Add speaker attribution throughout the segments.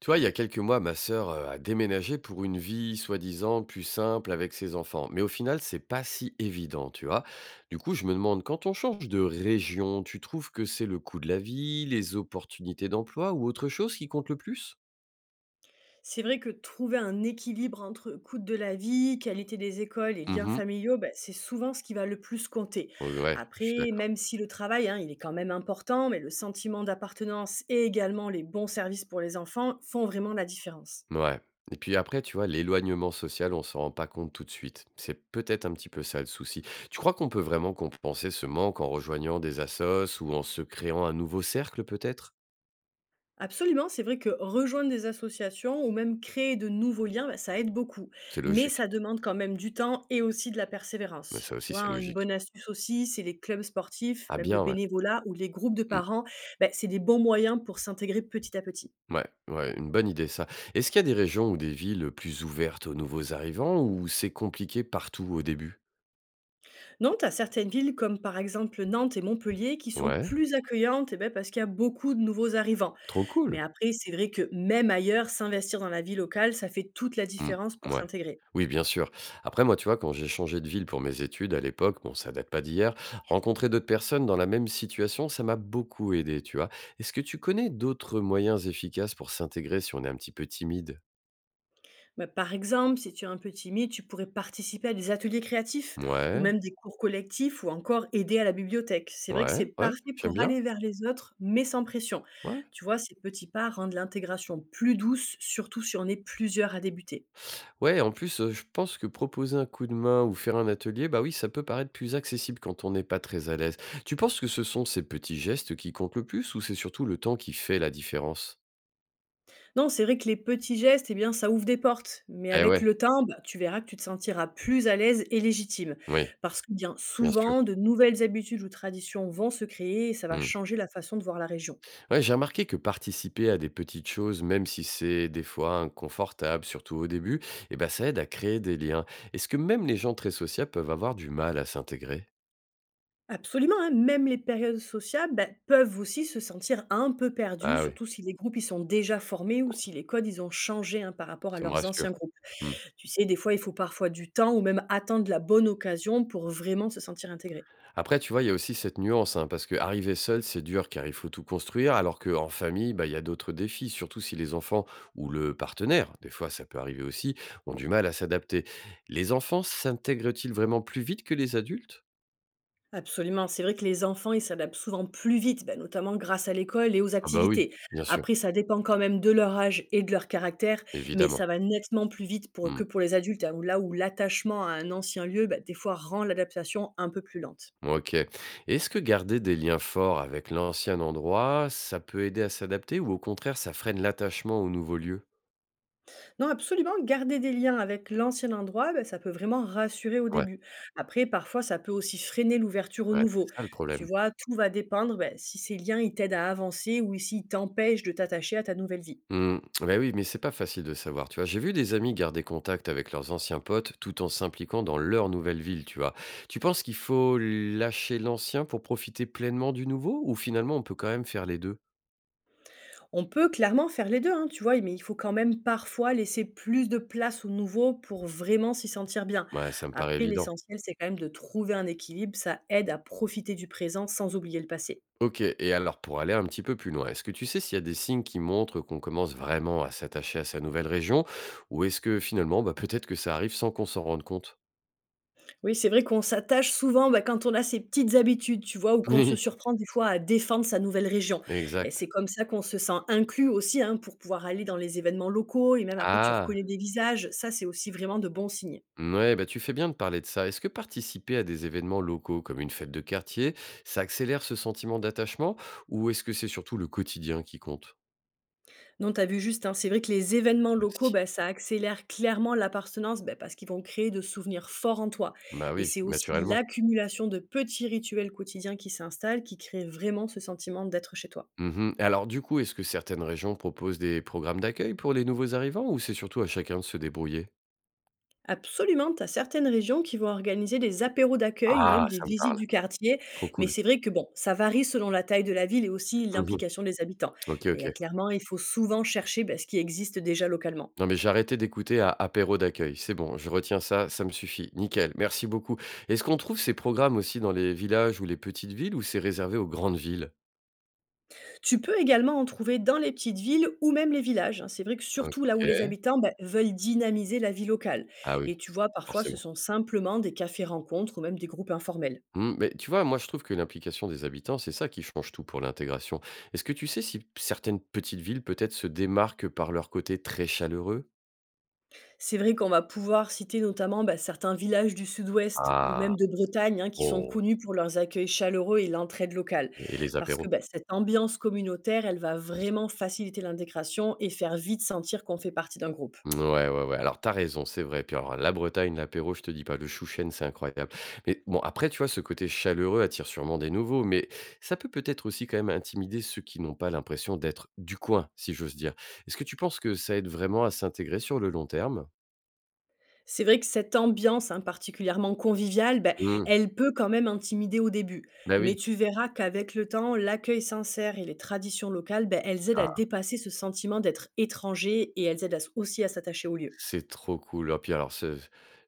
Speaker 1: Tu vois, il y a quelques mois, ma sœur a déménagé pour une vie soi-disant plus simple avec ses enfants. Mais au final, c'est pas si évident, tu vois. Du coup, je me demande, quand on change de région, tu trouves que c'est le coût de la vie, les opportunités d'emploi ou autre chose qui compte le plus?
Speaker 2: C'est vrai que trouver un équilibre entre coût de la vie, qualité des écoles et liens
Speaker 1: Mhm.
Speaker 2: familiaux, ben, c'est souvent ce qui va le plus compter.
Speaker 1: Ouais, je suis
Speaker 2: Après,
Speaker 1: d'accord.
Speaker 2: même si le travail, hein, il est quand même important, mais le sentiment d'appartenance et également les bons services pour les enfants font vraiment la différence.
Speaker 1: Ouais. Et puis après, tu vois, l'éloignement social, on s'en rend pas compte tout de suite. C'est peut-être un petit peu ça le souci. Tu crois qu'on peut vraiment compenser ce manque en rejoignant des assos ou en se créant un nouveau cercle, peut-être?
Speaker 2: Absolument, c'est vrai que rejoindre des associations ou même créer de nouveaux liens, bah, ça aide beaucoup.
Speaker 1: C'est
Speaker 2: Mais
Speaker 1: logique.
Speaker 2: ça demande quand même du temps et aussi de la
Speaker 1: Mais
Speaker 2: persévérance.
Speaker 1: ça
Speaker 2: Tu
Speaker 1: aussi,
Speaker 2: vois,
Speaker 1: c'est
Speaker 2: hein, une
Speaker 1: logique.
Speaker 2: bonne astuce aussi, c'est les clubs sportifs,
Speaker 1: Ah
Speaker 2: même le
Speaker 1: bien, ouais.
Speaker 2: bénévolat ou les groupes de
Speaker 1: Mmh.
Speaker 2: parents. Bah, c'est des bons moyens pour s'intégrer petit à petit.
Speaker 1: Ouais, ouais, une bonne idée ça. Est-ce qu'il y a des régions ou des villes plus ouvertes aux nouveaux arrivants ou c'est compliqué partout au début?
Speaker 2: Non, tu as certaines villes comme par exemple Nantes et Montpellier qui sont
Speaker 1: Ouais,
Speaker 2: plus accueillantes eh ben, parce qu'il y a beaucoup de nouveaux arrivants.
Speaker 1: trop
Speaker 2: Mais
Speaker 1: cool.
Speaker 2: après, c'est vrai que même ailleurs, s'investir dans la vie locale, ça fait toute la
Speaker 1: Mmh,
Speaker 2: différence pour
Speaker 1: mouais.
Speaker 2: s'intégrer.
Speaker 1: Oui, bien sûr. Après, moi, tu vois, quand j'ai changé de ville pour mes études à l'époque, bon, ça date pas d'hier, rencontrer d'autres personnes dans la même situation, ça m'a beaucoup aidé, tu vois. Est-ce que tu connais d'autres moyens efficaces pour s'intégrer si on est un petit peu timide?
Speaker 2: Bah, par exemple, si tu es un peu timide, tu pourrais participer à des ateliers créatifs ou
Speaker 1: Ouais.
Speaker 2: même des cours collectifs ou encore aider à la bibliothèque. C'est vrai que
Speaker 1: Ouais,
Speaker 2: c'est
Speaker 1: ouais,
Speaker 2: parfait
Speaker 1: j'aime
Speaker 2: pour
Speaker 1: bien.
Speaker 2: aller vers les autres, mais sans pression.
Speaker 1: Ouais.
Speaker 2: Tu vois, ces petits pas rendent l'intégration plus douce, surtout si on est plusieurs à débuter.
Speaker 1: Ouais, en plus, je pense que proposer un coup de main ou faire un atelier, bah, oui, ça peut paraître plus accessible quand on n'est pas très à l'aise. Tu penses que ce sont ces petits gestes qui comptent le plus ou c'est surtout le temps qui fait la différence?
Speaker 2: Non, c'est vrai que les petits gestes, eh bien, ça ouvre des portes, mais
Speaker 1: Eh
Speaker 2: avec
Speaker 1: ouais,
Speaker 2: le temps, bah, tu verras que tu te sentiras plus à l'aise et légitime.
Speaker 1: oui,
Speaker 2: Parce que bien
Speaker 1: bien sûr.
Speaker 2: souvent, de nouvelles habitudes ou traditions vont se créer et ça va
Speaker 1: Mmh.
Speaker 2: changer la façon de voir la région.
Speaker 1: Ouais, j'ai remarqué que participer à des petites choses, même si c'est des fois inconfortable, surtout au début, eh ben ça aide à créer des liens. Est-ce que même les gens très sociables peuvent avoir du mal à s'intégrer?
Speaker 2: Absolument, hein, même les périodes sociales, bah, peuvent aussi se sentir un peu perdues,
Speaker 1: Ah oui,
Speaker 2: surtout si les groupes ils sont déjà formés ou si les codes ils ont changé hein, par rapport à
Speaker 1: ça me
Speaker 2: leurs anciens
Speaker 1: rassure.
Speaker 2: groupes.
Speaker 1: Mmh.
Speaker 2: Tu sais, des fois, il faut parfois du temps ou même attendre la bonne occasion pour vraiment se sentir intégré.
Speaker 1: Après, tu vois, il y a aussi cette nuance, hein, parce que arriver seul, c'est dur car il faut tout construire, alors qu'en famille, bah, il y a d'autres défis, surtout si les enfants ou le partenaire, des fois ça peut arriver aussi, ont du mal à s'adapter. Les enfants s'intègrent-ils vraiment plus vite que les adultes?
Speaker 2: Absolument, c'est vrai que les enfants ils s'adaptent souvent plus vite, bah, notamment grâce à l'école et aux
Speaker 1: Ah bah oui,
Speaker 2: activités.
Speaker 1: bien sûr,
Speaker 2: Après, ça dépend quand même de leur âge et de leur caractère, mais ça
Speaker 1: évidemment.
Speaker 2: va nettement plus vite
Speaker 1: Hmm.
Speaker 2: que pour les adultes, hein, où là où l'attachement à un ancien lieu, bah, des fois, rend l'adaptation un peu plus lente.
Speaker 1: Ok. Est-ce que garder des liens forts avec l'ancien endroit, ça peut aider à s'adapter ou au contraire, ça freine l'attachement au nouveau lieu?
Speaker 2: Non, absolument, garder des liens avec l'ancien endroit, ben ça peut vraiment rassurer au
Speaker 1: Ouais,
Speaker 2: début. Après, parfois, ça peut aussi freiner l'ouverture au
Speaker 1: ouais c'est
Speaker 2: nouveau.
Speaker 1: ça le
Speaker 2: Tu
Speaker 1: problème.
Speaker 2: vois, tout va dépendre bah, si ces liens, ils t'aident à avancer ou s'ils t'empêchent de t'attacher à ta nouvelle vie.
Speaker 1: Mmh, bah, oui, mais c'est pas facile de savoir, tu vois? J'ai vu des amis garder contact avec leurs anciens potes tout en s'impliquant dans leur nouvelle ville, tu vois? Tu penses qu'il faut lâcher l'ancien pour profiter pleinement du nouveau ou finalement on peut quand même faire les deux?
Speaker 2: On peut clairement faire les deux, hein, tu vois, mais il faut quand même parfois laisser plus de place au nouveau pour vraiment s'y sentir bien.
Speaker 1: Ouais, ça me paraît
Speaker 2: Après,
Speaker 1: évident.
Speaker 2: l'essentiel, c'est quand même de trouver un équilibre, ça aide à profiter du présent sans oublier le passé.
Speaker 1: Ok, et alors pour aller un petit peu plus loin, est-ce que tu sais s'il y a des signes qui montrent qu'on commence vraiment à s'attacher à sa nouvelle région ou est-ce que finalement, bah, peut-être que ça arrive sans qu'on s'en rende compte?
Speaker 2: Oui, c'est vrai qu'on s'attache souvent, bah, quand on a ses petites habitudes, tu vois, ou qu'on se surprend des fois à défendre sa nouvelle région.
Speaker 1: Oui,
Speaker 2: Et c'est
Speaker 1: exact.
Speaker 2: comme ça qu'on se sent inclus aussi, hein, pour pouvoir aller dans les événements locaux et même après tu
Speaker 1: Ah!
Speaker 2: reconnais des visages. Ça, c'est aussi vraiment de bons signes.
Speaker 1: Ouais, bah tu fais bien de parler de ça. Est-ce que participer à des événements locaux comme une fête de quartier, ça accélère ce sentiment d'attachement ou est-ce que c'est surtout le quotidien qui compte?
Speaker 2: Non, tu as vu juste, hein, c'est vrai que les événements locaux,
Speaker 1: Merci.
Speaker 2: bah, ça accélère clairement l'appartenance bah, parce qu'ils vont créer de souvenirs forts en toi.
Speaker 1: Bah
Speaker 2: Et
Speaker 1: oui,
Speaker 2: c'est aussi
Speaker 1: naturellement.
Speaker 2: l'accumulation de petits rituels quotidiens qui s'installent qui créent vraiment ce sentiment d'être chez toi.
Speaker 1: Mhm. Alors du coup, est-ce que certaines régions proposent des programmes d'accueil pour les nouveaux arrivants ou c'est surtout à chacun de se débrouiller?
Speaker 2: Absolument, tu as certaines régions qui vont organiser des apéros d'accueil ou
Speaker 1: Ah,
Speaker 2: même des
Speaker 1: ça me
Speaker 2: visites
Speaker 1: parle.
Speaker 2: du quartier,
Speaker 1: Trop
Speaker 2: mais
Speaker 1: cool.
Speaker 2: c'est vrai que bon, ça varie selon la taille de la ville et aussi
Speaker 1: Mhm.
Speaker 2: l'implication des habitants.
Speaker 1: Ok,
Speaker 2: Et
Speaker 1: ok.
Speaker 2: clairement, il faut souvent chercher ben, ce qui existe déjà localement.
Speaker 1: Non mais j'ai arrêté d'écouter à apéro d'accueil. C'est bon, je retiens ça, ça me suffit. Nickel, merci beaucoup. Est-ce qu'on trouve ces programmes aussi dans les villages ou les petites villes ou c'est réservé aux grandes villes?
Speaker 2: Tu peux également en trouver dans les petites villes ou même les villages, hein. C'est vrai que
Speaker 1: OK.
Speaker 2: surtout là où les habitants ben, veulent dynamiser la vie locale.
Speaker 1: Ah
Speaker 2: Et
Speaker 1: oui,
Speaker 2: tu vois, parfois, ce
Speaker 1: forcément.
Speaker 2: sont simplement des cafés-rencontres ou même des groupes informels.
Speaker 1: Mmh, mais tu vois, moi, je trouve que l'implication des habitants, c'est ça qui change tout pour l'intégration. Est-ce que tu sais si certaines petites villes, peut-être, se démarquent par leur côté très chaleureux?
Speaker 2: C'est vrai qu'on va pouvoir citer notamment, bah, certains villages du sud-ouest ou
Speaker 1: Ah,
Speaker 2: même de Bretagne, hein, qui sont
Speaker 1: oh,
Speaker 2: connus pour leurs accueils chaleureux et l'entraide locale.
Speaker 1: et les
Speaker 2: Parce que,
Speaker 1: apéros?
Speaker 2: bah, cette ambiance communautaire, elle va vraiment faciliter l'intégration et faire vite sentir qu'on fait partie d'un groupe.
Speaker 1: Ouais, ouais, ouais. Alors, t'as raison, c'est vrai. Puis alors, la Bretagne, l'apéro, je te dis pas, le chouchen, c'est incroyable. Mais bon, après, tu vois, ce côté chaleureux attire sûrement des nouveaux, mais ça peut peut-être aussi quand même intimider ceux qui n'ont pas l'impression d'être du coin, si j'ose dire. Est-ce que tu penses que ça aide vraiment à s'intégrer sur le long terme?
Speaker 2: C'est vrai que cette ambiance, hein, particulièrement conviviale, bah,
Speaker 1: Mmh.
Speaker 2: elle peut quand même intimider au début.
Speaker 1: Bah
Speaker 2: Mais
Speaker 1: oui.
Speaker 2: tu verras qu'avec le temps, l'accueil sincère et les traditions locales, bah, elles aident à
Speaker 1: Ah,
Speaker 2: dépasser ce sentiment d'être étranger et elles aident aussi à s'attacher au lieu.
Speaker 1: c'est trop cool. Oh puis alors ce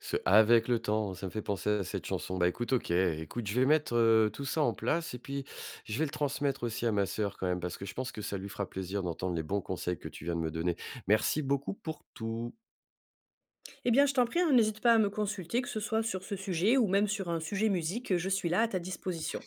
Speaker 1: ce «avec le temps», ça me fait penser à cette chanson. Bah écoute, OK, écoute, je vais mettre, tout ça en place et puis je vais le transmettre aussi à ma sœur quand même parce que je pense que ça lui fera plaisir d'entendre les bons conseils que tu viens de me donner. Merci beaucoup pour tout.
Speaker 2: Eh bien, je t'en prie, hein, n'hésite pas à me consulter, que ce soit sur ce sujet ou même sur un sujet musique, je suis là à ta disposition.